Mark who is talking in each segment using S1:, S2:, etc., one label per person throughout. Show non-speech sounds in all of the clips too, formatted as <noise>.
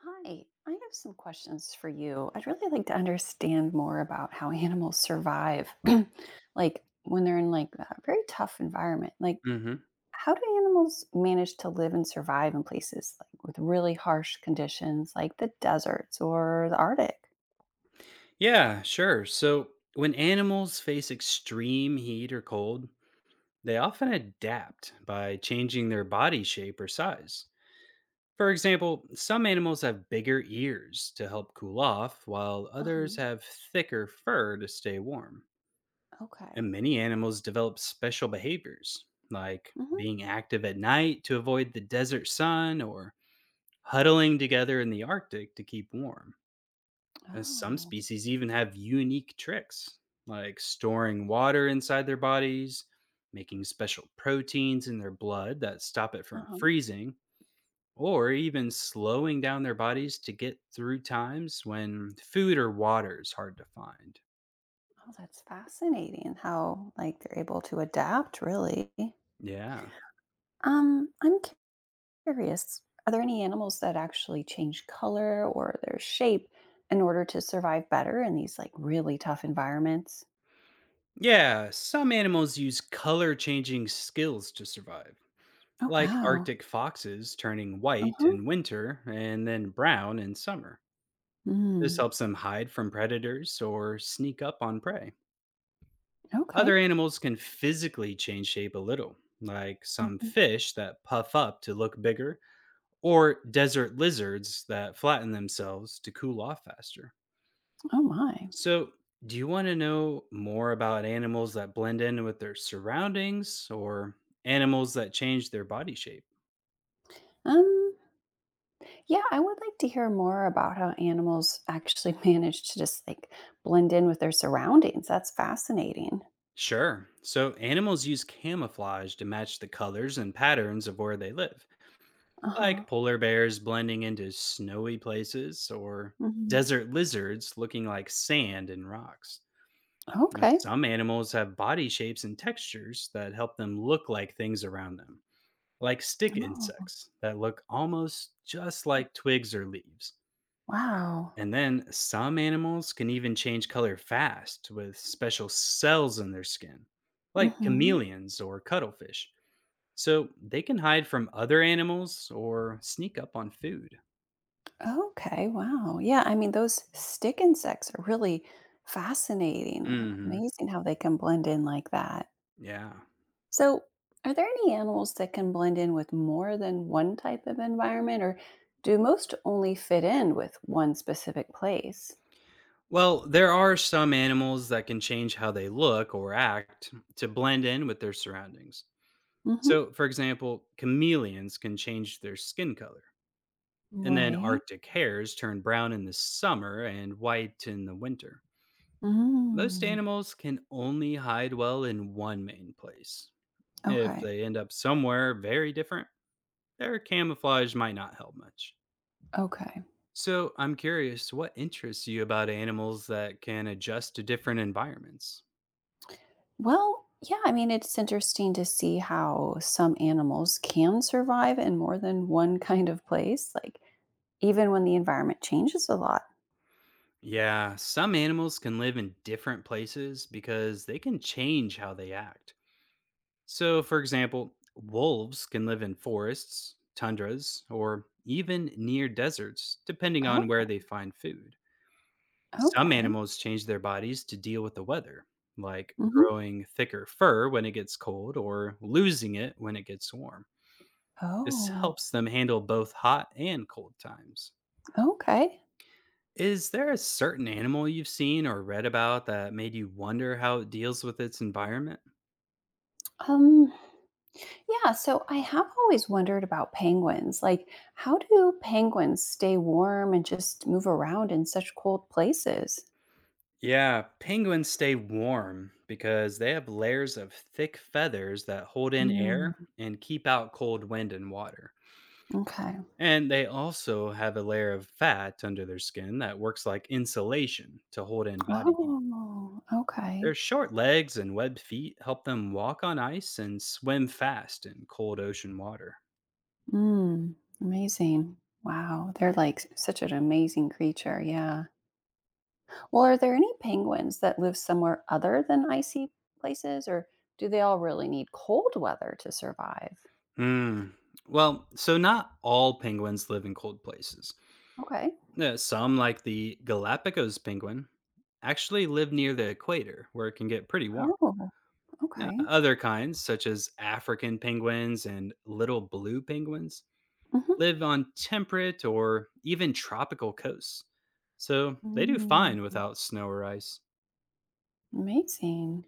S1: Hi, I have some questions for you. I'd really like to understand more about how animals survive, <clears throat> like when they're in like a very tough environment. Like,
S2: hmm
S1: how do animals manage to live and survive in places like with really harsh conditions, like the deserts or the Arctic?
S2: Yeah, sure. So when animals face extreme heat or cold, they often adapt by changing their body shape or size. For example, some animals have bigger ears to help cool off, while others
S1: Uh-huh.
S2: have thicker fur to stay warm. And
S1: Okay.
S2: many animals develop special behaviors, like
S1: Hmm.
S2: being active at night to avoid the desert sun or huddling together in the Arctic to keep warm. And some
S1: Oh.
S2: species even have unique tricks, like storing water inside their bodies, making special proteins in their blood that stop it from
S1: Uh-huh.
S2: freezing, or even slowing down their bodies to get through times when food or water is hard to find.
S1: Oh, that's fascinating how like they're able to adapt, really.
S2: Yeah.
S1: I'm curious, are there any animals that actually change color or their shape in order to survive better in these like really tough environments?
S2: Yeah, some animals use color changing skills to survive,
S1: Oh,
S2: like
S1: wow.
S2: Arctic foxes turning white
S1: Uh-huh.
S2: in winter and then brown in summer. This
S1: Mm,
S2: helps them hide from predators or sneak up on prey.
S1: okay.
S2: Other animals can physically change shape a little, like some
S1: Mhm.
S2: fish that puff up to look bigger, or desert lizards that flatten themselves to cool off faster.
S1: Oh my.
S2: So, do you want to know more about animals that blend in with their surroundings or animals that change their body shape?
S1: Um yeah, I would like to hear more about how animals actually <laughs> manage to just like blend in with their surroundings. That's fascinating.
S2: Sure. So, animals use camouflage to match the colors and patterns of where they live, like
S1: Uh-huh.
S2: polar bears blending into snowy places or
S1: Mhm.
S2: desert lizards looking like sand and rocks. Now,
S1: Okay.
S2: some animals have body shapes and textures that help them look like things around them, like stick
S1: Oh,
S2: insects that look almost just like twigs or leaves.
S1: wow.
S2: And then some animals can even change color fast with special cells in their skin, like
S1: Mhm.
S2: chameleons or cuttlefish. So they can hide from other animals or sneak up on food.
S1: Okay, wow. Yeah, I mean, those stick insects are really fascinating.
S2: Mhm.
S1: Amazing how they can blend in like that.
S2: Yeah.
S1: So, are there any animals that can blend in with more than one type of environment, or do most only fit in with one specific place?
S2: Well, there are some animals that can change how they look or act to blend in with their surroundings.
S1: Hmm.
S2: So, for example, chameleons can change their skin color. And then
S1: Right.
S2: Arctic hares turn brown in the summer and white in the winter. Most
S1: Mm.
S2: animals can only hide well in one main place. If
S1: Okay.
S2: they end up somewhere very different, their camouflage might not help much.
S1: Okay.
S2: So I'm curious, what interests you about animals that can adjust to different environments?
S1: Well, yeah, I mean, it's interesting to see how some animals can survive in more than one kind of place. Like, even when the environment changes a lot.
S2: Yeah, some animals can live in different places because they can change how they act. So, for example, wolves can live in forests, tundras, or even near deserts, depending on
S1: Oh,
S2: where they find food. Some
S1: okay.
S2: animals change their bodies to deal with the weather, like
S1: Mhm.
S2: growing thicker fur when it gets cold or losing it when it gets warm. This
S1: Oh,
S2: helps them handle both hot and cold times.
S1: okay.
S2: Is there a certain animal you've seen or read about that made you wonder how it deals with its environment?
S1: Um, yeah, so I have always wondered about penguins. Like, how do penguins stay warm and just move around in such cold places?
S2: Yeah, penguins stay warm because they have layers of thick feathers that hold in
S1: Mm,
S2: air and keep out cold wind and water.
S1: okay.
S2: And they also have a layer of fat under their skin that works like insulation to hold in body heat.
S1: Oh,
S2: Their
S1: okay.
S2: short legs and webbed feet help them walk on ice and swim fast in cold ocean water.
S1: Mm, amazing. Wow, they're like such an amazing creature. Yeah. Well, are there any penguins that live somewhere other than icy places, or do they all really need cold weather to survive?
S2: Mm. Well, so not all penguins live in cold places.
S1: Okay.
S2: Some, like the Galapagos penguin, actually live near the equator where it can get pretty warm.
S1: Oh,
S2: Now,
S1: okay.
S2: other kinds, such as African penguins and little blue penguins, live on temperate or even tropical coasts. So they do
S1: Hmm.
S2: fine without snow or ice.
S1: Amazing.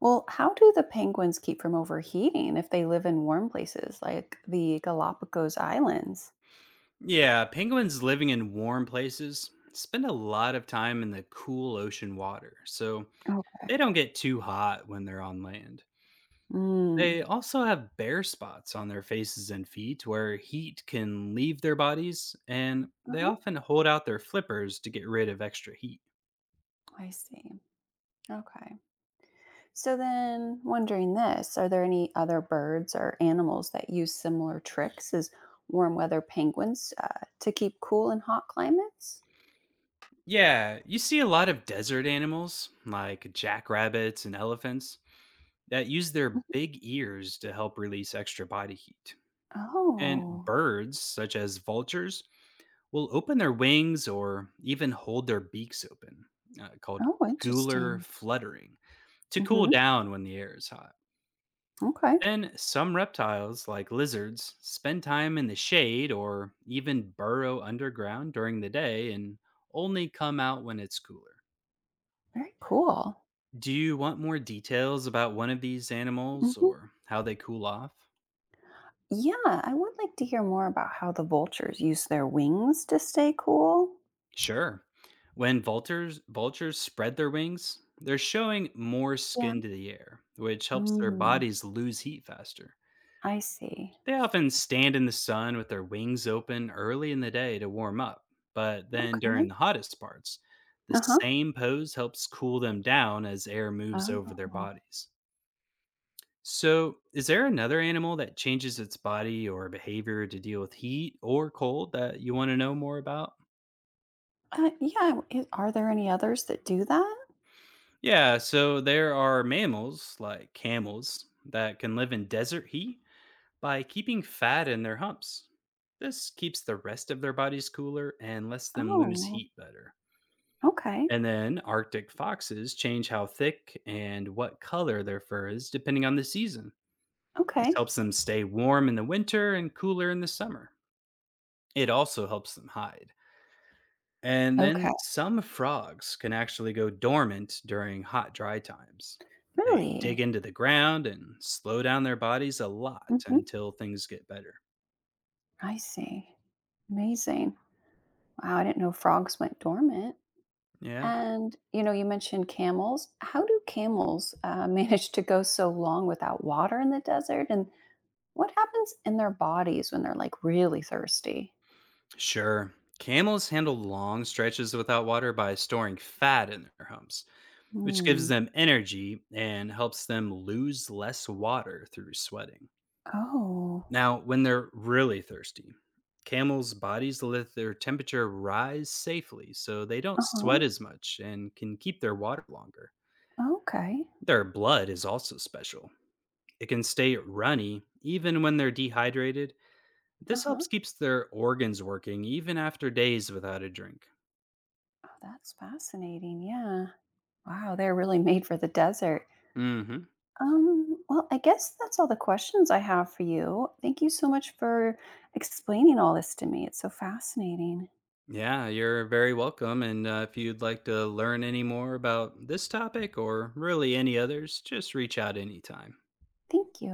S1: Well, how do the penguins keep from overheating if they live in warm places like the Galapagos Islands?
S2: Yeah, penguins living in warm places spend a lot of time in the cool ocean water. So
S1: Okay.
S2: they don't get too hot when they're on land.
S1: Mm.
S2: They also have bare spots on their faces and feet where heat can leave their bodies, and they
S1: Uh-huh.
S2: often hold out their flippers to get rid of extra heat.
S1: I see. Okay. So then, wondering this, are there any other birds or animals that use similar tricks as warm weather penguins to keep cool in hot climates?
S2: Yeah, you see a lot of desert animals, like jackrabbits and elephants, that use
S1: Mhm.
S2: their big ears to help release extra body heat. And
S1: Oh,
S2: birds, such as vultures, will open their wings or even hold their beaks open, called
S1: oh,
S2: gular
S1: interesting.
S2: fluttering, to cool
S1: Hmm.
S2: down when the air is hot.
S1: Okay,
S2: Then, some reptiles, like lizards, spend time in the shade or even burrow underground during the day and only come out when it's cooler.
S1: very cool.
S2: Do you want more details about one of these animals
S1: Hmm.
S2: or how they cool off?
S1: Yeah, I would like to hear more about how the vultures use their wings to stay cool.
S2: Sure. When vultures spread their wings, they're showing more
S1: Yeah.
S2: skin to the air, which helps their
S1: Mm,
S2: bodies lose heat faster.
S1: I see.
S2: They often stand in the sun with their wings open early in the day to warm up, but then during
S1: Okay.
S2: the hottest parts, the
S1: Uh huh.
S2: same pose helps cool them down as air moves over their
S1: Oh.
S2: bodies. So, is there another animal that changes its body or behavior to deal with heat or cold that you want to know more about?
S1: Yeah. Are there any others that do that?
S2: Yeah, so there are mammals like camels that can live in desert heat by keeping fat in their humps. This keeps the rest of their bodies cooler and lets them lose
S1: Oh.
S2: heat better.
S1: Okay.
S2: And then Arctic foxes change how thick and what color their fur is depending on the season. This
S1: Okay.
S2: helps them stay warm in the winter and cooler in the summer. It also helps them hide. And
S1: Okay.
S2: then some frogs can actually go dormant during hot, dry times. They dig
S1: Really?
S2: into the ground and slow down their bodies a lot
S1: Hmm.
S2: until things get better.
S1: I see. Amazing. Wow, I didn't know frogs went dormant.
S2: Yeah.
S1: And you know, you mentioned camels. How do camels <laughs> manage to go so long without water in the desert? And what happens in their bodies when they're like really thirsty?
S2: Sure. Camels handle long stretches without water by storing fat in their humps, which gives
S1: Hmm.
S2: them energy and helps them lose less water through sweating.
S1: Oh.
S2: Now, when they're really thirsty, camels' bodies let their temperature rise safely so they don't
S1: Uh huh.
S2: sweat as much and can keep their water longer.
S1: Okay.
S2: Their blood is also special. It can stay runny even when they're dehydrated.
S1: Uh
S2: This
S1: huh.
S2: helps keeps their organs working even after days without a drink.
S1: Oh, that's fascinating. Yeah. Wow, they're really made for the desert.
S2: Mhm.
S1: Well, I guess that's all the questions I have for you. Thank you so much for explaining all this to me. It's so fascinating.
S2: Yeah, you're very welcome. And if you'd like to learn any more about this topic or really any others, just reach out anytime.
S1: Thank you.